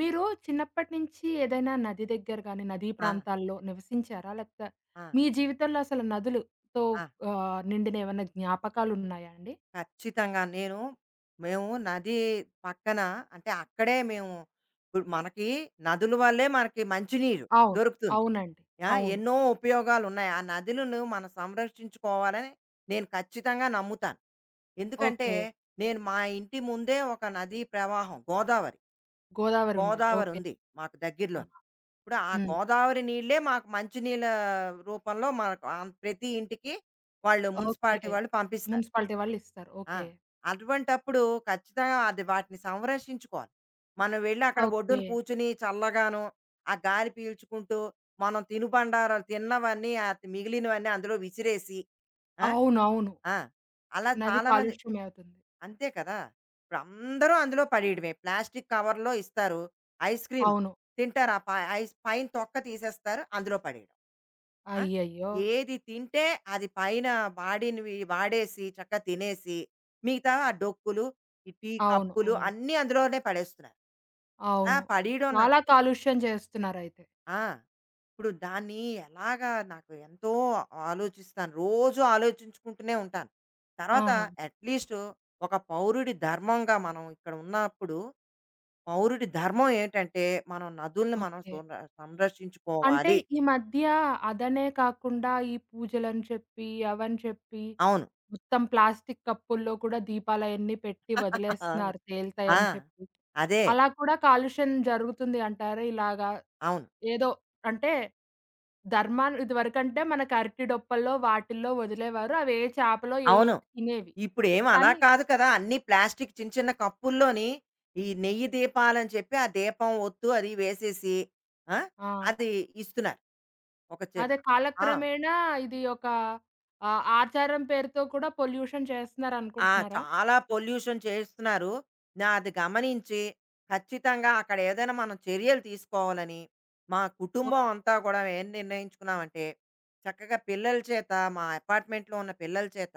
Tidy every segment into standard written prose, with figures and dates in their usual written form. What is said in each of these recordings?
మీరు చిన్నప్పటి నుంచి ఏదైనా నది దగ్గర గాని, నదీ ఆ! ప్రాంతాల్లో నివసించారా? లేకపోతే ఆ! మీ జీవితంలో అసలు నదులుతో ఆ! నిండిన ఏమన్నా జ్ఞాపకాలున్నాయా అండి? ఖచ్చితంగా. మేము నది పక్కన, అంటే, అక్కడే మేము ఇప్పుడు మనకి నదుల వల్లే మనకి మంచినీరు అవును. దొరుకుతుంది. అవునండి. ఆ! అవును. ఎన్నో ఉపయోగాలున్నాయి. ఆ నదులను మనం సంరక్షించుకోవాలని నేను ఖచ్చితంగా నమ్ముతాను. ఎందుకంటే, ఓకే. నేను మా ఇంటి ముందే ఒక నదీ ప్రవాహం గోదావరి. గోదావరి ఉండేది. గోదావరి ఓకే. ఉంది మాకు దగ్గరలోని. ఆహా! ఇప్పుడు ఆ హ్మ్. గోదావరి నీళ్ళే మాకు మంచినీళ్ళ రూపంలో మనకు ప్రతి ఇంటికి వాళ్ళు ఓకే. మున్సిపాలిటీ వాళ్ళు పంపిస్తారు. మున్సిపాలిటీ వాళ్ళు ఇస్తారు. ఆ! ఓకే. అటువంటప్పుడు ఖచ్చితంగా అది వాటిని సంరక్షించుకోవాలి. మనం వెళ్లి అక్కడ ఒడ్డున ఓకే. కూర్చొని చల్లగాను, ఆ గాలి పీల్చుకుంటూ, మనం తినుబండారాలు తిన్నవన్నీ మిగిలినవన్నీ అందులో విసిరేసి, ఆ! అవునవును. ఆ! అలా నది చాలామంది కాలుష్యమే అవుతుంది. అంతే కదా! ఇప్పుడు అందరూ అందులో పడేయడమే. ప్లాస్టిక్ కవర్‌లో ఇస్తారు. ఐస్ క్రీమ్ అవును. తింటారు. ఆ ప ఐస్ పైన తొక్క తీసేస్తారు. అందులో పడేయడం. ఆ! అయ్యయ్యో! ఏది తింటే అది పైన వాడినవి వాడేసి చక్కగా తినేసి, మిగతా ఆ డొక్కులు, ఈ టీ అవును. కప్పులు అవును. అన్నీ అందులోనే పడేస్తున్నారు. అలా అవును. పడేయడం నాకు చాలా కాలుష్యం చేస్తున్నారయితే. ఆ! ఇప్పుడు దాన్ని ఎలాగా నాకు ఎంతో ఆలోచిస్తాను. రోజు ఆలోచించుకుంటూనే ఉంటాను. తర్వాత ఆహా! అట్‌లీస్ట్ ఒక పౌరుడి ధర్మంగా మనం ఇక్కడ ఉన్నప్పుడు, పౌరుడి ధర్మం ఏంటంటే, మనం నదుల్ని ఓకే. అంటే సంరక్షించుకోవాలి. ఈ మధ్య అదనే కాకుండా ఈ పూజలని చెప్పి, అవని చెప్పి, అవును. మొత్తం ప్లాస్టిక్ కప్పుల్లో కూడా దీపాలయన్నీ పెట్టి అవును. వదిలేస్తున్నారు ఆ! పేలుతాయని చెప్పి. అదే. అలా కూడా కాలుష్యం జరుగుతుంది అంటారా? ఇలాగా అవును. ఏదో అంటే ధర్మాన్ ఇదివరకంటే మనకు అరటి డొప్పల్లో వాటిల్లో వదిలేవారు. అవి ఏ చేపలో ఏయో అవును. ఒకటి తినేవి. ఇప్పుడేం అలా కానీ కాదు కదా! అన్నీ ప్లాస్టిక్ చిన్న చిన్న కప్పుల్లోని ఈ నెయ్యి దీపాలని చెప్పి, ఆ దీపం ఒత్తు అది వేసేసి, ఆ! ఆ! అది ఇస్తున్నారు. ఒక చిన్న అదే ఆ! కాలక్రమేణా ఇది ఒక ఆచారం పేరుతో కూడా పొల్యూషన్ ఆ! చేస్తున్నారనుకుంటున్నారా? చాలా పొల్యూషన్ చేస్తున్నారు. నా అది గమనించి ఖచ్చితంగా అక్కడ ఏదైనా మనం చర్యలు తీసుకోవాలని, మా ఓ కుటుంబం అంతా కూడా ఏం నిర్ణయించుకున్నామంటే, చక్కగా పిల్లల చేత మా అపార్ట్మెంట్‌లో ఉన్న పిల్లల చేత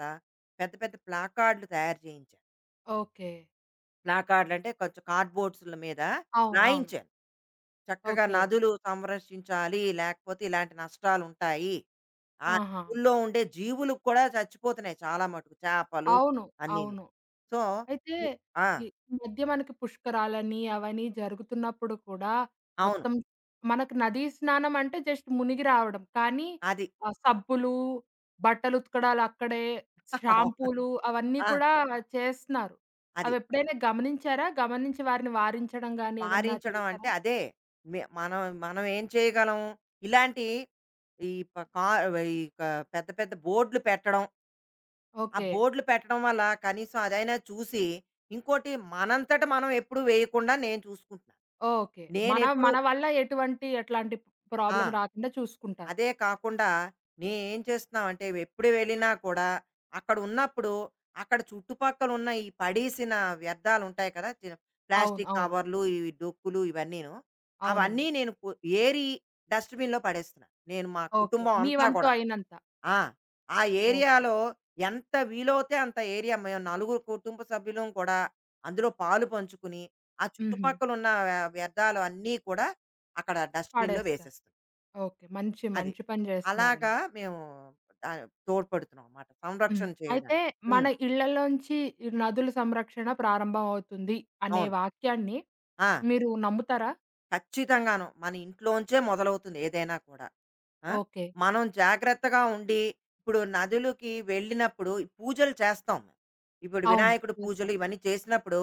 పెద్ద పెద్ద ప్లాకార్డ్‌లు తయారు చేయించాను. ఓకే. ప్లాకార్డ్‌లు అంటే కొంచెం కార్డ్‌బోర్డ్స్‌ల మీద అవును. అవును. రాయించాను. చక్కగా ఓకే. నదులు సంరక్షించాలి, లేకపోతే ఇలాంటి నష్టాలుంటాయి. ఆ ఆహా! నదుల్లో ఉండే జీవులు కూడా చచ్చిపోతున్నాయి, చాలా మటుకు చేపలు అవును. అన్నీను. అవును. సో, అయితే వి ఆ! ఈ ఈ మధ్య మనకి పుష్కరాలని, అవని జరుగుతున్నప్పుడు కూడా అవును. మొత్తం మనకు నదీ స్నానం అంటే జస్ట్ మునిగి రావడం. కానీ అది. ఆ సబ్బులు, బట్టలు ఉతకడాలు అక్కడే, అవును. షాంపూలు అవన్నీ ఆ! కూడా చేస్తున్నారు. అది. అవెప్పుడైనా గమనించారా? గమనించి వారిని వారించడం గాని ఏదన్నా వారించడం చేశారా? అంటే అదే. మే మనం మనం ఏం చేయగలం? ఇలాంటి ఈ ప కా ఈ క పెద్ద పెద్ద బోర్డులు పెట్టడం. ఆ ఓకే. బోర్డులు పెట్టడం వల్ల కనీసం అదైనా చూసి, ఇంకోటి మనంతట మనం ఎప్పుడు వేయకుండా నేను చూసుకుంటున్నాను. ఓకే. మన నేనెప్పుడు మన వల్ల ఎటువంటి ఎట్లాంటి ఆ! ప్రాబ్లమ్ రాకుండా చూసుకుంటారు. అదే కాకుండా నేనేం చేస్తున్నావంటే ఎప్పుడు వెళ్ళినా కూడా అక్కడ ఉన్నప్పుడు అక్కడ చుట్టుపక్కల ఉన్న ఈ పడేసిన వ్యర్థాలు ఉంటాయి కదా, అవును. ప్లాస్టిక్ అవును. కవర్లు, ఈ డొక్కులు ఇవన్నీను, అవన్నీ అవునండి. నేను ఏరి డస్ట్బిన్లో పడేస్తున్నాను. నేను మా ఓకే. కుటుంబం మీ అంతా వంతు కూడా అయినంత. ఆ ఆ ఓకే. ఏరియాలో ఎంత వీలవుతే అంత ఏరియా, మేము నలుగురు కుటుంబ సభ్యులం కూడా అందులో పాలు పంచుకుని ఆ హుహు. చుట్టుపక్కల ఉన్న వ్యర్థాలు అన్నీ కూడా అక్కడ డస్ట్బిన్లో పడేస్తారు. వేసేస్తున్నాం. ఓకే. మంచి, అది. మంచి పని అలాగా జేస్తున్నారండి. మేము తోడ్పడుతున్నాం అన్నమాట, హ్మ్. సంరక్షణ అయితే చేయడానికి. మన హ్మ్. ఇళ్ళలోంచి ఈ నదుల సంరక్షణ ప్రారంభమవుతుంది అనే అవును. వాక్యాన్ని ఆ! మీరు నమ్ముతారా? ఖచ్చితంగాను. మన ఇంట్లోంచే మొదలవుతుంది ఏదైనా కూడా. ఆ! ఓకే. మనం జాగ్రత్తగా ఉండి, ఇప్పుడు నదులకి వెళ్ళినప్పుడు ఈ పూజలు చేస్తాం మేము. ఇప్పుడు అవును. వినాయకుడి పూజలు చేస్తాం. ఇవన్నీ చేసినప్పుడు,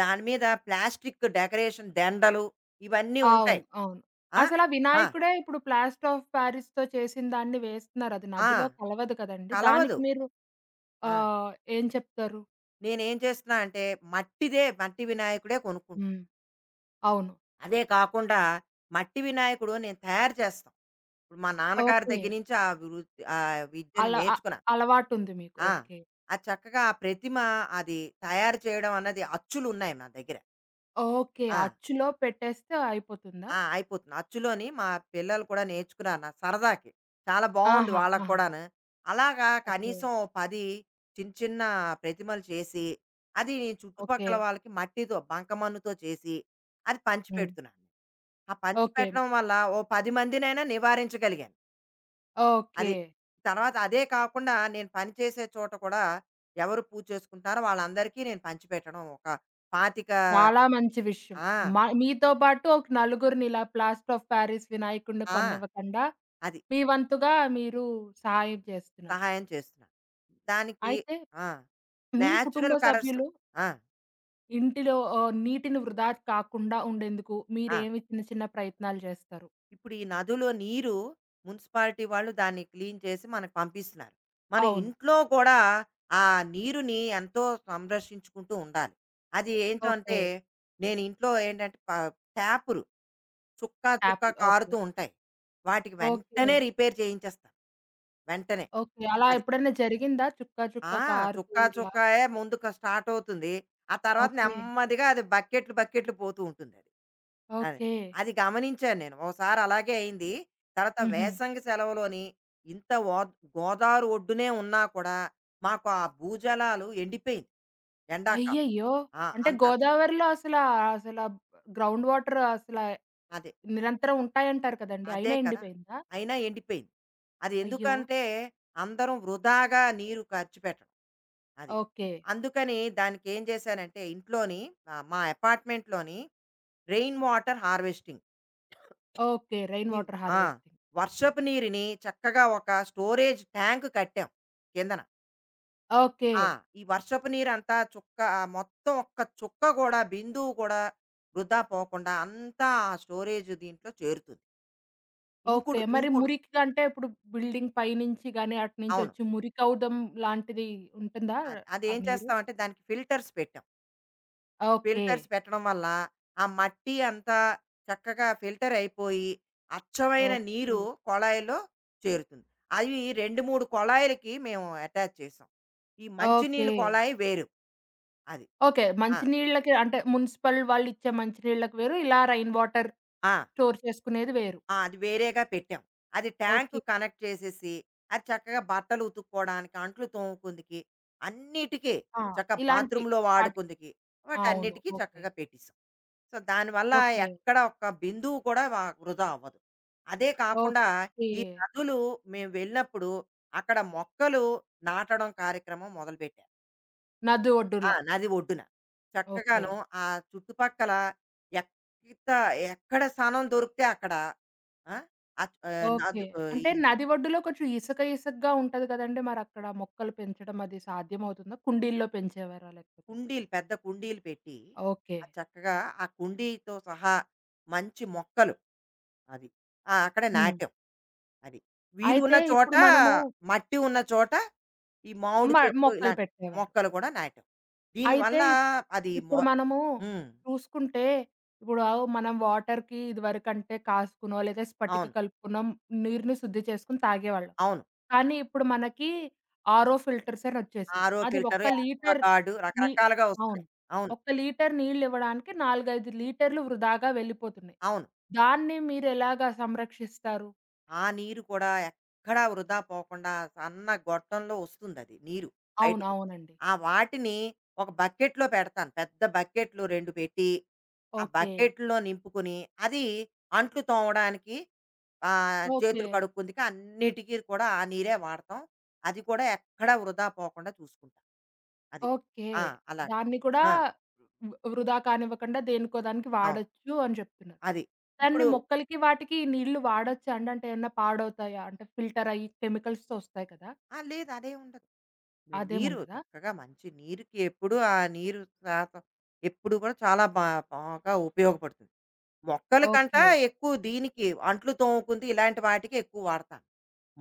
దాని మీద ప్లాస్టిక్ డెకరేషన్ దండలు ఇవన్నీ ఉంటాయి. అవును. అవును. ఆ! అసలా ఆ! వినాయకుడే ఇప్పుడు ప్లాస్టర్ ఆఫ్ పారిస్‌తో చేసిన దాన్ని వేస్తున్నారు. అది ఆ! నదిలో కలవదు కదండీ! కలవదు. దానికి మీరు ఆ! ఏం చెప్తారు? నేనేం చేస్తున్నా అంటే మట్టిదే, మట్టి వినాయకుడే కొనుక్కుంటున్నాను. హ్మ్. అవును. అదే కాకుండా మట్టి వినాయకుడు నేను తయారు చేస్తాం. ఇప్పుడు మా నాన్నగారి ఓకే. దగ్గర నుంచి ఆ వృత్తి ఆ విద్యను అలా నేర్చుకున్నా. అలవాటుంది మీకు. ఆ! ఓకే. ఆ చక్కగా ఆ ప్రతిమ అది తయారు చేయడం అన్నది అచ్చులున్నాయి నా దగ్గర. ఓకే. ఆ! అచ్చులో పెట్టేస్తే అయిపోతుందా? ఆ! అయిపోతుంది. అచ్చులోని మా పిల్లలు కూడా నేర్చుకున్నారు నా సరదాకి. చాలా బావుంది ఆహా! వాళ్ళకి ఆహా! కూడాను. అలాగా ఓకే. కనీసం 10 చిన్న చిన్న ప్రతిమలు చేసి, అది ఓకే. చుట్టుపక్కల వాళ్ళకి మట్టితో బంకమన్నుతో చేసి, అది హ్మ్. పంచిపెడుతున్నాను. ఆ పంచి ఓకే. పెట్టడం వల్ల ఓ 10 మందినైనా నివారించగలిగాను. ఓకే. అది. తర్వాత అదే కాకుండా నేను పనిచేసే చోట కూడా ఎవరు పూజ చేసుకుంటారో వాళ్ళందరికీ నేను పంచిపెట్టడం ఒక 25. చాలా మంచి విషయం. ఆ! మ మీతో పాటు ఒక నలుగురిని ఇలా ప్లాస్టర్ ఆఫ్ పారిస్ వినాయకుడిని ఆ! కొనివ్వకుండా అది. మీ వంతుగా మీరు సహాయం చేస్తున్నారు. సహాయం చేస్తున్నాను. దానికి అయితే ఆ! మీ కుటుంబ నేచురల్ కలర్స్. సభ్యులు ఆ! ఇంటిలో నీటిని వృధా కాకుండా ఉండేందుకు ఆ! మీరేమి చిన్న చిన్న ప్రయత్నాలు చేస్తారు? ఇప్పుడు ఈ నదిలో నీరు, మున్సిపాలిటీ వాళ్ళు దాన్ని క్లీన్ చేసి మనకు పంపిస్తున్నారు. మన అవును. ఇంట్లో కూడా ఆ నీరుని ఎంతో సంరక్షించుకుంటూ ఉండాలి. అది ఏంటంటే ఓకే. నేను ఇంట్లో ఏంటంటే ట్యాప్‌లు చుక్క ట్యాప్ చుక్క ఓకే. కారుతూ ఉంటాయి. వాటికి ఓకే. వెంటనే రిపేర్ చేయించేస్తాను. వెంటనే. ఓకే. అలా అది. ఎప్పుడైనా జరిగిందా? చుక్క చుక్క ఆ! కారుతూ చుక్కా ఇలా? చుక్కాయే ముందు స్టార్ట్ అవుతుంది. ఆ తర్వాత ఓకే. నెమ్మదిగా అది బకెట్లు బకెట్లు పోతూ ఉంటుందది. అది. అది ఓకే. అది గమనించాను నేను. ఓసారి అలాగే అయింది. తర్వాత హుహు. వేసంగి సెలవులోని ఇంత ఓద్ గోదావరి ఒడ్డునే ఉన్నా కూడా మాకు ఆ భూజలాలు ఎండిపోయింది ఎండాకాలం. అయ్యయ్యో! అంటే అంతాను. గోదావరిలో అసల గ్రౌండ్ వాటర్ అసల అదే. నిరంతరం ఉంటాయంటారు కదండీ! అదే అయినా కదా! ఎండిపోయిందా? అయినా ఎండిపోయింది. అది అయ్యో! ఎందుకంటే, అందరం వృధాగా నీరు ఖర్చు పెట్టడం. అది. ఓకే. అందుకని దానికేం చేశానంటే, ఇంట్లోని మా అపార్ట్‌మెంట్‌లోని rain water harvesting. Okay. Rain ఈ వాటర్ ఆ! హార్వెస్టింగ్. ఓకే. వర్షపు నీరుని చక్కగా ఒక స్టోరేజ్ ట్యాంక్ కట్టాం కిందన. ఓకే. ఆ! ఈ వర్షపు నీరంతా చుక్క మొత్తం ఒక్క చుక్క కూడా, బిందువు కూడా వృధా పోకుండా అంతా ఆ స్టోరేజ్ దీంట్లో చేరుతుంది. ఓకే. ఇంకుడు మరి ఇంకుడు మురికిగా అంటే ఇప్పుడు బిల్డింగ్ పైనుంచి గాని, అటునుంచి అవును. వచ్చి మురికౌదం లాంటిది ఉంటుందా? అది ఆ అదేం నీరు? చేస్తామంటే దానికి ఫిల్టర్స్ పెట్టాం. ఓకే. ఫిల్టర్స్ పెట్టడం వల్ల, ఆ మట్టి అంతా చక్కగా ఫిల్టర్ అయిపోయి, అచ్చమైన ఓకే. నీరు కొళాయిలో చేరుతుంది. అవి 2, 3 కొళాయిలకి మేము అటాచ్ చేసాం. ఈ ఓకే. మంచినీళ్ళు కొళాయి వేరు. అది. ఓకే. ఆ! మంచి నీళ్ళకి అంటే మున్సిపల్ వాళ్ళిచ్చే మంచి నీళ్ళకి వేరు. ఇలా రైన్ వాటర్ ఆ! స్టోర్ చేసుకునేది వేరు. ఆ! అది వేరేగా పెట్టాం. అది ట్యాంక్‌కు ఓకే. కనెక్ట్ చేసేసి, అది చక్కగా బట్టలు ఉతుక్కోవడానికి, అంట్లు తోముకుందుకి, అన్నిటికీ ఆ! చక్క ఇలాంటి బాత్రూమ్‌లో వాటి వాడుకుందుకి, అవును. వాటన్నిటికీ ఓకే. చక్కగా పెట్టేసాం. సో, దానివల్ల ఓకే. ఎక్కడ ఒక్క బిందువు కూడా వృధా అవ్వదు. అదే కాకుండా ఓకే. ఈ నదులు మేము వెళ్ళినప్పుడు అక్కడ మొక్కలు నాటడం కార్యక్రమం మొదలుపెట్టారు. నది ఒడ్డుల. నది ఒడ్డున. ఓకే. చక్కగాను ఆ చుట్టుపక్కల ఎక్కిత ఎక్కడ స్థానం దొరికితే అక్కడ ఆ! అచ్ ఆహ్, ఓకే. నదు ఆహ్, ఈ అంటే నది ఒడ్డులో కొంచెం ఇసుక ఇసుకగా ఉంటది కదండీ! మరక్కడ మొక్కలు పెంచడం అది సాధ్యమవుతుందా? కుండీల్లో పెంచేవారా లేకపోతే? కుండీలు, పెద్ద కుండీలు పెట్టి ఓకే. ఆ చక్కగా ఆ కుండీతో సహా మంచి మొక్కలు అవి. అక్కడ హ్మ్. నాటాం. అది. వీలున్న అయితే చోట, ఇప్పుడు మనము మట్టి ఉన్న చోట ఈ మామిడి మ చెట్లు మొక్కలు ఇలాంటి పెట్టేవారు. మొక్కలు కూడా నాటాం. అయితే దీనివల్ల అది మొ ఇప్పుడు మనము హ్మ్. చూసుకుంటే, ఇప్పుడు ఆవ్ మనం వాటర్‌కి ఇదివరకంటే కాసుకునో, లేదా స్పటిక అవును. కలుపుకునో నీరుని శుద్ధి చేసుకొని తాగేవాళ్ళం. అవును. కానీ ఇప్పుడు మనకి ఆర్ఓ ఫిల్టర్స్ అని వచ్చేసినియి. ఆరో అది ఫిల్టరు, ఒక్క లీటర్ యాక్వాగార్డు నీ రకరకాలుగా వస్తున్నాయి. అవును. అవును. ఒక్క లీటర్ నీళ్ళివ్వడానికి 4, 5 లీటర్లు వృధాగా వెళ్ళిపోతున్నాయి. అవును. దాన్ని మీరెలాగా సంరక్షిస్తారు? ఆ నీరు కూడా ఎక్కడా వృధా పోకుండా సన్న గొట్టంలో వస్తుందది నీరు అవును. బయటికి. అవునండి. ఆ వాటిని ఒక బకెట్‌లో పెడతాను. పెద్ద బకెట్లు 2 పెట్టి ఆ ఓకే. బకెట్‌లో నింపుకొని, అది అంట్లు తోమడానికి, ఓకే. చేతులు కడుక్కుందుకు అన్నిటికి కూడా ఆ నీరే వాడతాం. అది కూడా ఎక్కడా వృధా పోకుండా చూసుకుంటాం. అది. ఓకే. ఆ! అలాగ. దాన్ని కూడా ఆ! వ్ వృధా కానివ్వకుండా దేనికో దానికి అవును. వాడొచ్చు అని చెప్తున్నారు. అది. దాన్ని ఇప్పుడు మొక్కలకి వాటికి నీళ్లు వాడొచ్చా అండి? అంటే ఏమన్నా పాడవుతాయా? అంటే ఫిల్టర్ అయ్యి కెమికల్స్‌తో వస్తాయి కదా! లేదు, అదేం ఉండదు. నీరు అదేముండదా? చక్కగా మంచి నీరుకి ఎప్పుడూ ఆ నీరు శాతం ఎప్పుడు కూడా చాలా బాగా ఉపయోగపడుతుంది. మొక్కలకంటా ఓకే. ఎక్కువ దీనికి అంట్లు తోముకుంది ఇలాంటి వాటికి ఎక్కువ వాడతాను.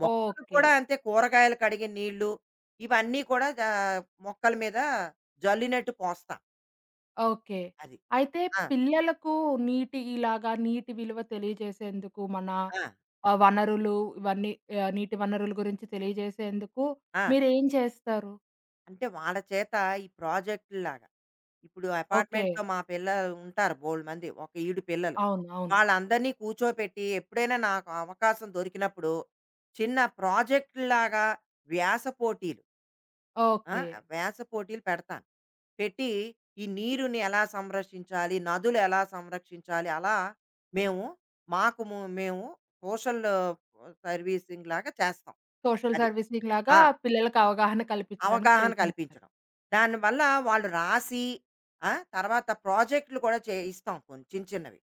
మొక్కలు ఓకే. కూడా అంతే, కూరగాయలు కడిగిన నీళ్ళు ఇవన్నీ కూడా మొక్కల మీద జల్లినట్టు పోస్తాం. ఓకే. అది అయితే ఆ, పిల్లలకు నీటి ఇలాగా నీటి విలువ తెలియజేసేందుకు మన ఆ, వనరులు ఇవన్నీ నీటి వనరుల గురించి తెలియజేసేందుకు ఆ. మీరేం చేస్తారు? అంటే వాళ్ళ చేత ఈ ప్రాజెక్టు లాగా ఇప్పుడు ఓకే. apartment లో మా పిల్లలు ఉంటారు బోల్డ్ మంది, ఒక ఈడు పిల్లలు అవును. అవును. వాళ్ళందరినీ కూర్చోపెట్టి ఎప్పుడైనా నాకు అవకాశం దొరికినప్పుడు చిన్న ప్రాజెక్టు లాగా వ్యాస పోటీలు, ఆ, ఓకే. వ్యాస పోటీలు పెడతాను, పెట్టి ఈ నీరుని ఎలా సంరక్షించాలి, నదులు ఎలా సంరక్షించాలి అలా మేము మాకు ము మేము సోషల్ సర్వీసింగ్ లాగా చేస్తాం. సోషల్ అది. సర్వీసింగ్ లాగా ఆ! పిల్లలకి అవగాహన కల్పించడానికి అవగాహన ప్రయత్నిస్తారు. కల్పించడం. దానివల్ల వాళ్ళు రాసి, తర్వాత ప్రాజెక్టులు కూడా ఇస్తాం కొన్ని చిన్న చిన్నవి.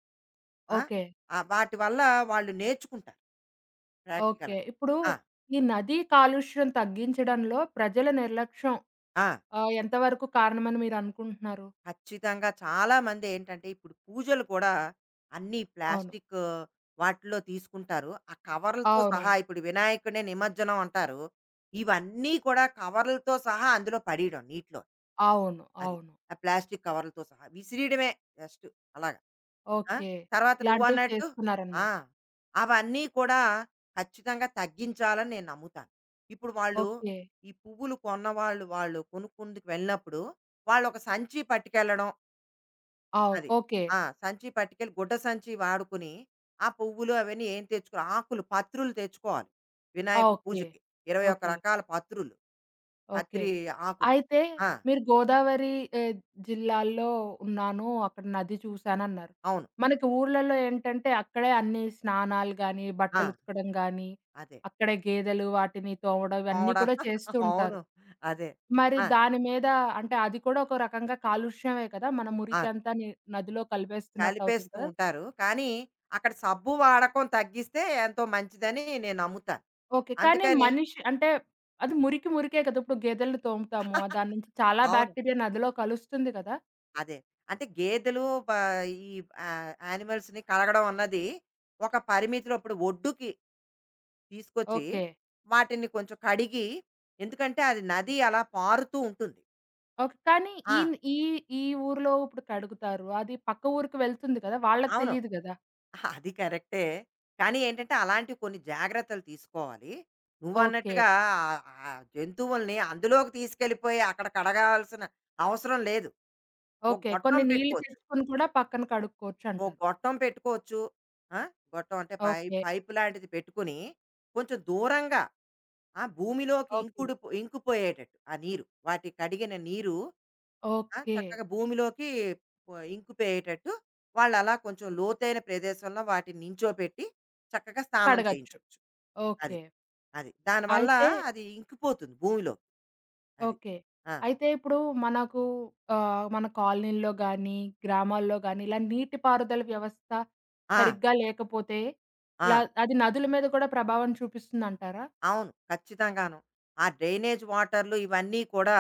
ఆ! ఓకే. వాటి వల్ల వాళ్ళు నేర్చుకుంటారు ఓకే. ప్రాక్టికల్‌గా. ఇప్పుడు ఆ! ఈ నదీ కాలుష్యం తగ్గించడంలో ప్రజల నిర్లక్ష్యం ఆ! ఎంత వరకు కారణమని మీరనుకుంటున్నారు? ఖచ్చితంగా చాలామంది ఏంటంటే ఇప్పుడు పూజలు కూడా అన్ని అవును. ప్లాస్టిక్ వాటిలో తీసుకుంటారు. ఆ కవర్‌లతో అవునవును. సహా ఇప్పుడు వినాయకుడిని నిమజ్జనం అంటారు. ఇవన్నీ కూడా కవర్‌లతో సహా అందులో పడేయడం నీటిలో. అవును. అది. అవును. ఆ ప్లాస్టిక్ కవర్‌లతో సహా విసిరేయడమే జస్ట్ అలాగా. ఆ! ఓకే. తర్వాత ఇలాంటివి నువ్వన్నట్టు ఆ! చేస్తున్నారనమాట. అవన్నీ కూడా ఖచ్చితంగా తగ్గించాలని నేను నమ్ముతాను. ఇప్పుడు వాళ్ళు ఓకే. ఈ పువ్వులు కొన్నవాళ్ళు వాళ్ళు వాళ్ళు కొనుక్కుందుకు వెళ్ళినప్పుడు వాళ్ళొక సంచి పట్టుకెళ్ళడం. అవ్ అది. ఓకే. సంచి పట్టుకెళ్ళి గుడ్డ సంచి వాడుకుని, ఆ పువ్వులు అవన్నీ ఏం తెచ్చుకో, ఆకులు, పత్రులు తెచ్చుకోవాలి ఆ! వినాయకుడి ఓకే. పూజకి. 21 ఓకే. రకాల పత్రులు. ఓకే. పత్రి ఆకులు. అయితే ఆ! మీరు గోదావరి ఆహ్, జిల్లాల్లో ఉన్నాను. అక్కడ నది చూసానన్నారు. అవును. మనకి ఊర్లలో ఏంటంటే అక్కడే అన్ని స్నానాలు గాని, ఆ! బట్టలు ఉతకడం గాని, అదే. అక్కడే గేదెలు వాటిని తోమడం ఇవన్నీ పావడా కూడా చేస్తూ ఉంటారు. అవును. అదే. మరి ఆ! దాని మీద అంటే అది కూడా ఒక రకంగా కాలుష్యమే కదా! మన ఆ! మురికంతా ని నదిలో కలిపేస్తున్నట్టు అవుతుంది కలిపేస్తూ కదా! ఉంటారు. కానీ, అక్కడ సబ్బు వాడకం తగ్గిస్తే ఎంతో మంచిదని నేను నమ్ముతాను. ఓకే. కానీ అందుకని మనిషి అంటే అది మురికి మురికే కదా! ఇప్పుడు గేదెలను తోముతాము. దాని నుంచి చాలా అవును. బాక్టీరియా నదిలో కలుస్తుంది కదా! అదే. అంటే గేదెలు ఈ యానిమల్స్‌ని కడగడం అన్నది ఒక పరిమితిలో ఇప్పుడు ఒడ్డుకి తీసుకొచ్చి, ఓకే. వాటిని కొంచెం కడిగి, ఎందుకంటే అది నది అలా పారుతూ ఉంటుంది. ఓకే. కానీ ఆ! ఈన్ ఈ ఈ ఊర్లో ఇప్పుడు కడుగుతారు. అది పక్క ఊరికి వెళ్తుంది కదా! వాళ్ళకి అవును. తెలీదు గదా! అది కరెక్టే. కానీ ఏంటంటే అలాంటివి కొన్ని జాగ్రత్తలు తీసుకోవాలి. ఓకే. నువ్వన్నట్టుగా ఆహ్, ఆ ఆ జంతువుల్ని అందులోకి తీసుకెళ్ళిపోయి అక్కడ కడగాల్సిన అవసరం లేదు. ఒక ఓకే. గొట్టం కొన్ని నీళ్లు పెట్టుకోవచ్చు. తెచ్చుకొని కూడా పక్కన ఓ కడుక్కోవచ్చంటారు. గొట్టం పెట్టుకోవచ్చు. ఆ! గొట్టం అంటే పై ఓకే. పైప్ లాంటిది పెట్టుకుని, కొంచెం దూరంగా భూమిలోకి ఓకే. ఇంకిపోయేటట్టు ఆ నీరు, వాటి కడిగిన నీరు ఓకే. చక్కగా భూమిలోకి ఇంకిపోయేటట్టు, వాళ్ళలా కొంచెం లోతైన ప్రదేశంలో వాటిని నించోపెట్టి, చక్కగా స్నానం కడగచ్చు. చేయించొచ్చు. అది. ఓకే. అది. దానివల్ల అయితే అది ఇంకిపోతుంది భూమిలోకి. అది. ఓకే. ఆ! అయితే ఇప్పుడు మనకు మన కాలనీల్లో గానీ, గ్రామాల్లో గానీ ఇలా నీటి పారుదల వ్యవస్థ ఆ! సరిగ్గా లేకపోతే ఆ! ఇలా అది నదుల మీద కూడా ప్రభావం చూపిస్తుందంటారా? అవును. ఖచ్చితంగాను. ఆ డ్రైనేజ్ వాటర్లు ఇవన్నీ కూడా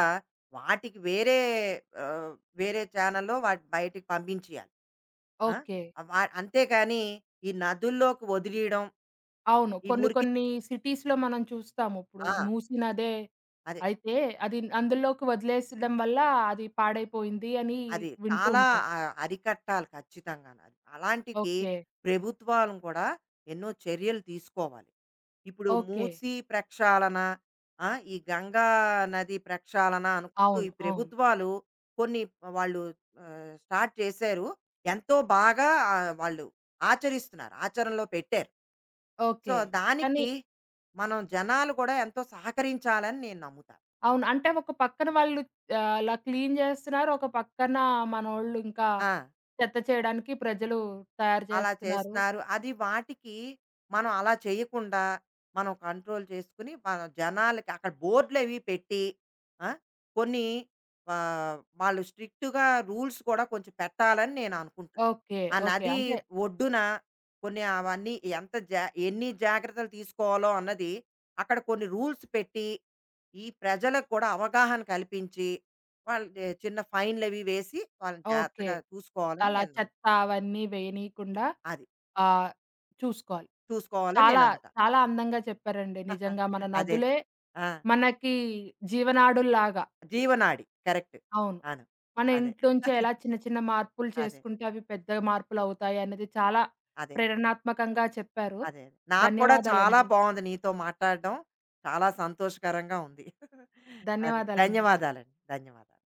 వాటికి వేరే ఆహ్, వేరే ఛానెల్‌లో వాటి బయటికి పంపించేయాలి. ఆ! ఓకే. వ అంతేగాని ఈ నదుల్లోకి వదిలీయడం, అవును. ఈ కొన్ని మురికి కొన్ని సిటీస్‌లో మనం చూస్తాము. ఇప్పుడు ఆ! మూసి నదే అదే. అయితే అది అందులోకి వదిలేసడం వల్ల అది పాడైపోయింది అని అది వింటూ చాలా ఉంటాం. అరికట్టాలి ఖచ్చితంగాను. అలాంటికి ఓకే. ప్రభుత్వాలు కూడా ఎన్నో చర్యలు తీసుకోవాలి. ఇప్పుడు ఓకే. మూసీ ప్రక్షాళన, ఆ! ఈ గంగా నది ప్రక్షాళన అనుకుంటూ ఈ అవును. అవును. ప్రభుత్వాలు కొన్ని వాళ్ళు స్టార్ట్ చేశారు. ఎంతో బాగా వాళ్ళు ఆచరిస్తున్నారు. ఆచరణలో పెట్టారు. So, okay. కానీ దానికి మనం జనాలు కూడా ఎంతో సహకరించాలని నేను నమ్ముతాను. అవును. అంటే ఒక పక్కన వాళ్ళు అలా క్లీన్ చేస్తున్నారు. ఒక పక్కన మనోళ్ళు ఇంకా ఆ! చెత్త చేయడానికి ప్రజలు తయారు అలా చేస్తున్నారు. చేస్తున్నారు. అది వాటికి. మనం అలా చేయకుండా మనం కంట్రోల్ చేసుకొని, మన జనాలకి అక్కడ బోర్డులవి పెట్టి, ఆ! కొన్ని వాళ్ళు స్ట్రిక్ట్‌గా రూల్స్ కూడా కొంచెం పెట్టాలని నేను అనుకుంటా. ఓకే. ఆ ఓకే. నది అంటే ఒడ్డున కొన్ని అవన్నీ ఎంత జా ఎన్ని జాగ్రత్తలు తీసుకోవాలో అన్నది అక్కడ కొన్ని రూల్స్ పెట్టి, ఈ ప్రజలకు కూడా అవగాహన కల్పించి, వాళ్ళు చిన్న ఫైన్‌లవి వేసి వాళ్ళని ఓకే. జాగ్రత్తగా చూసుకోవాలని అలా నేను నమ్ము. చెత్త అవన్నీ వేయనీకుండా అది. ఆహ్, చూసుకోవాలి. చూసుకోవాలని నేను చాలా, నమ్ముతాను. చాలా అందంగా చెప్పారండి. నిజంగా మన అదే. నదులే ఆ! మనకి జీవనాడుల్లాగా. జీవనాడి. కరెక్ట్. అవును. అవును. మన అదే. ఇంట్లోంచే ఎలా చిన్న చిన్న మార్పులు అదే. అదే. చేసుకుంటే అవి పెద్ద మార్పులవుతాయి అనేది చాలా అదే. ప్రేరణాత్మకంగా చెప్పారు. అదే. నాకు కూడా చాలా ధన్యవాదాలండి. బావుంది నీతో మాట్లాడడం. చాలా సంతోషకరంగా ఉంది. అదే. ధన్యవాదాలండి. ధన్యవాదాలండి. ధన్యవాదాలు.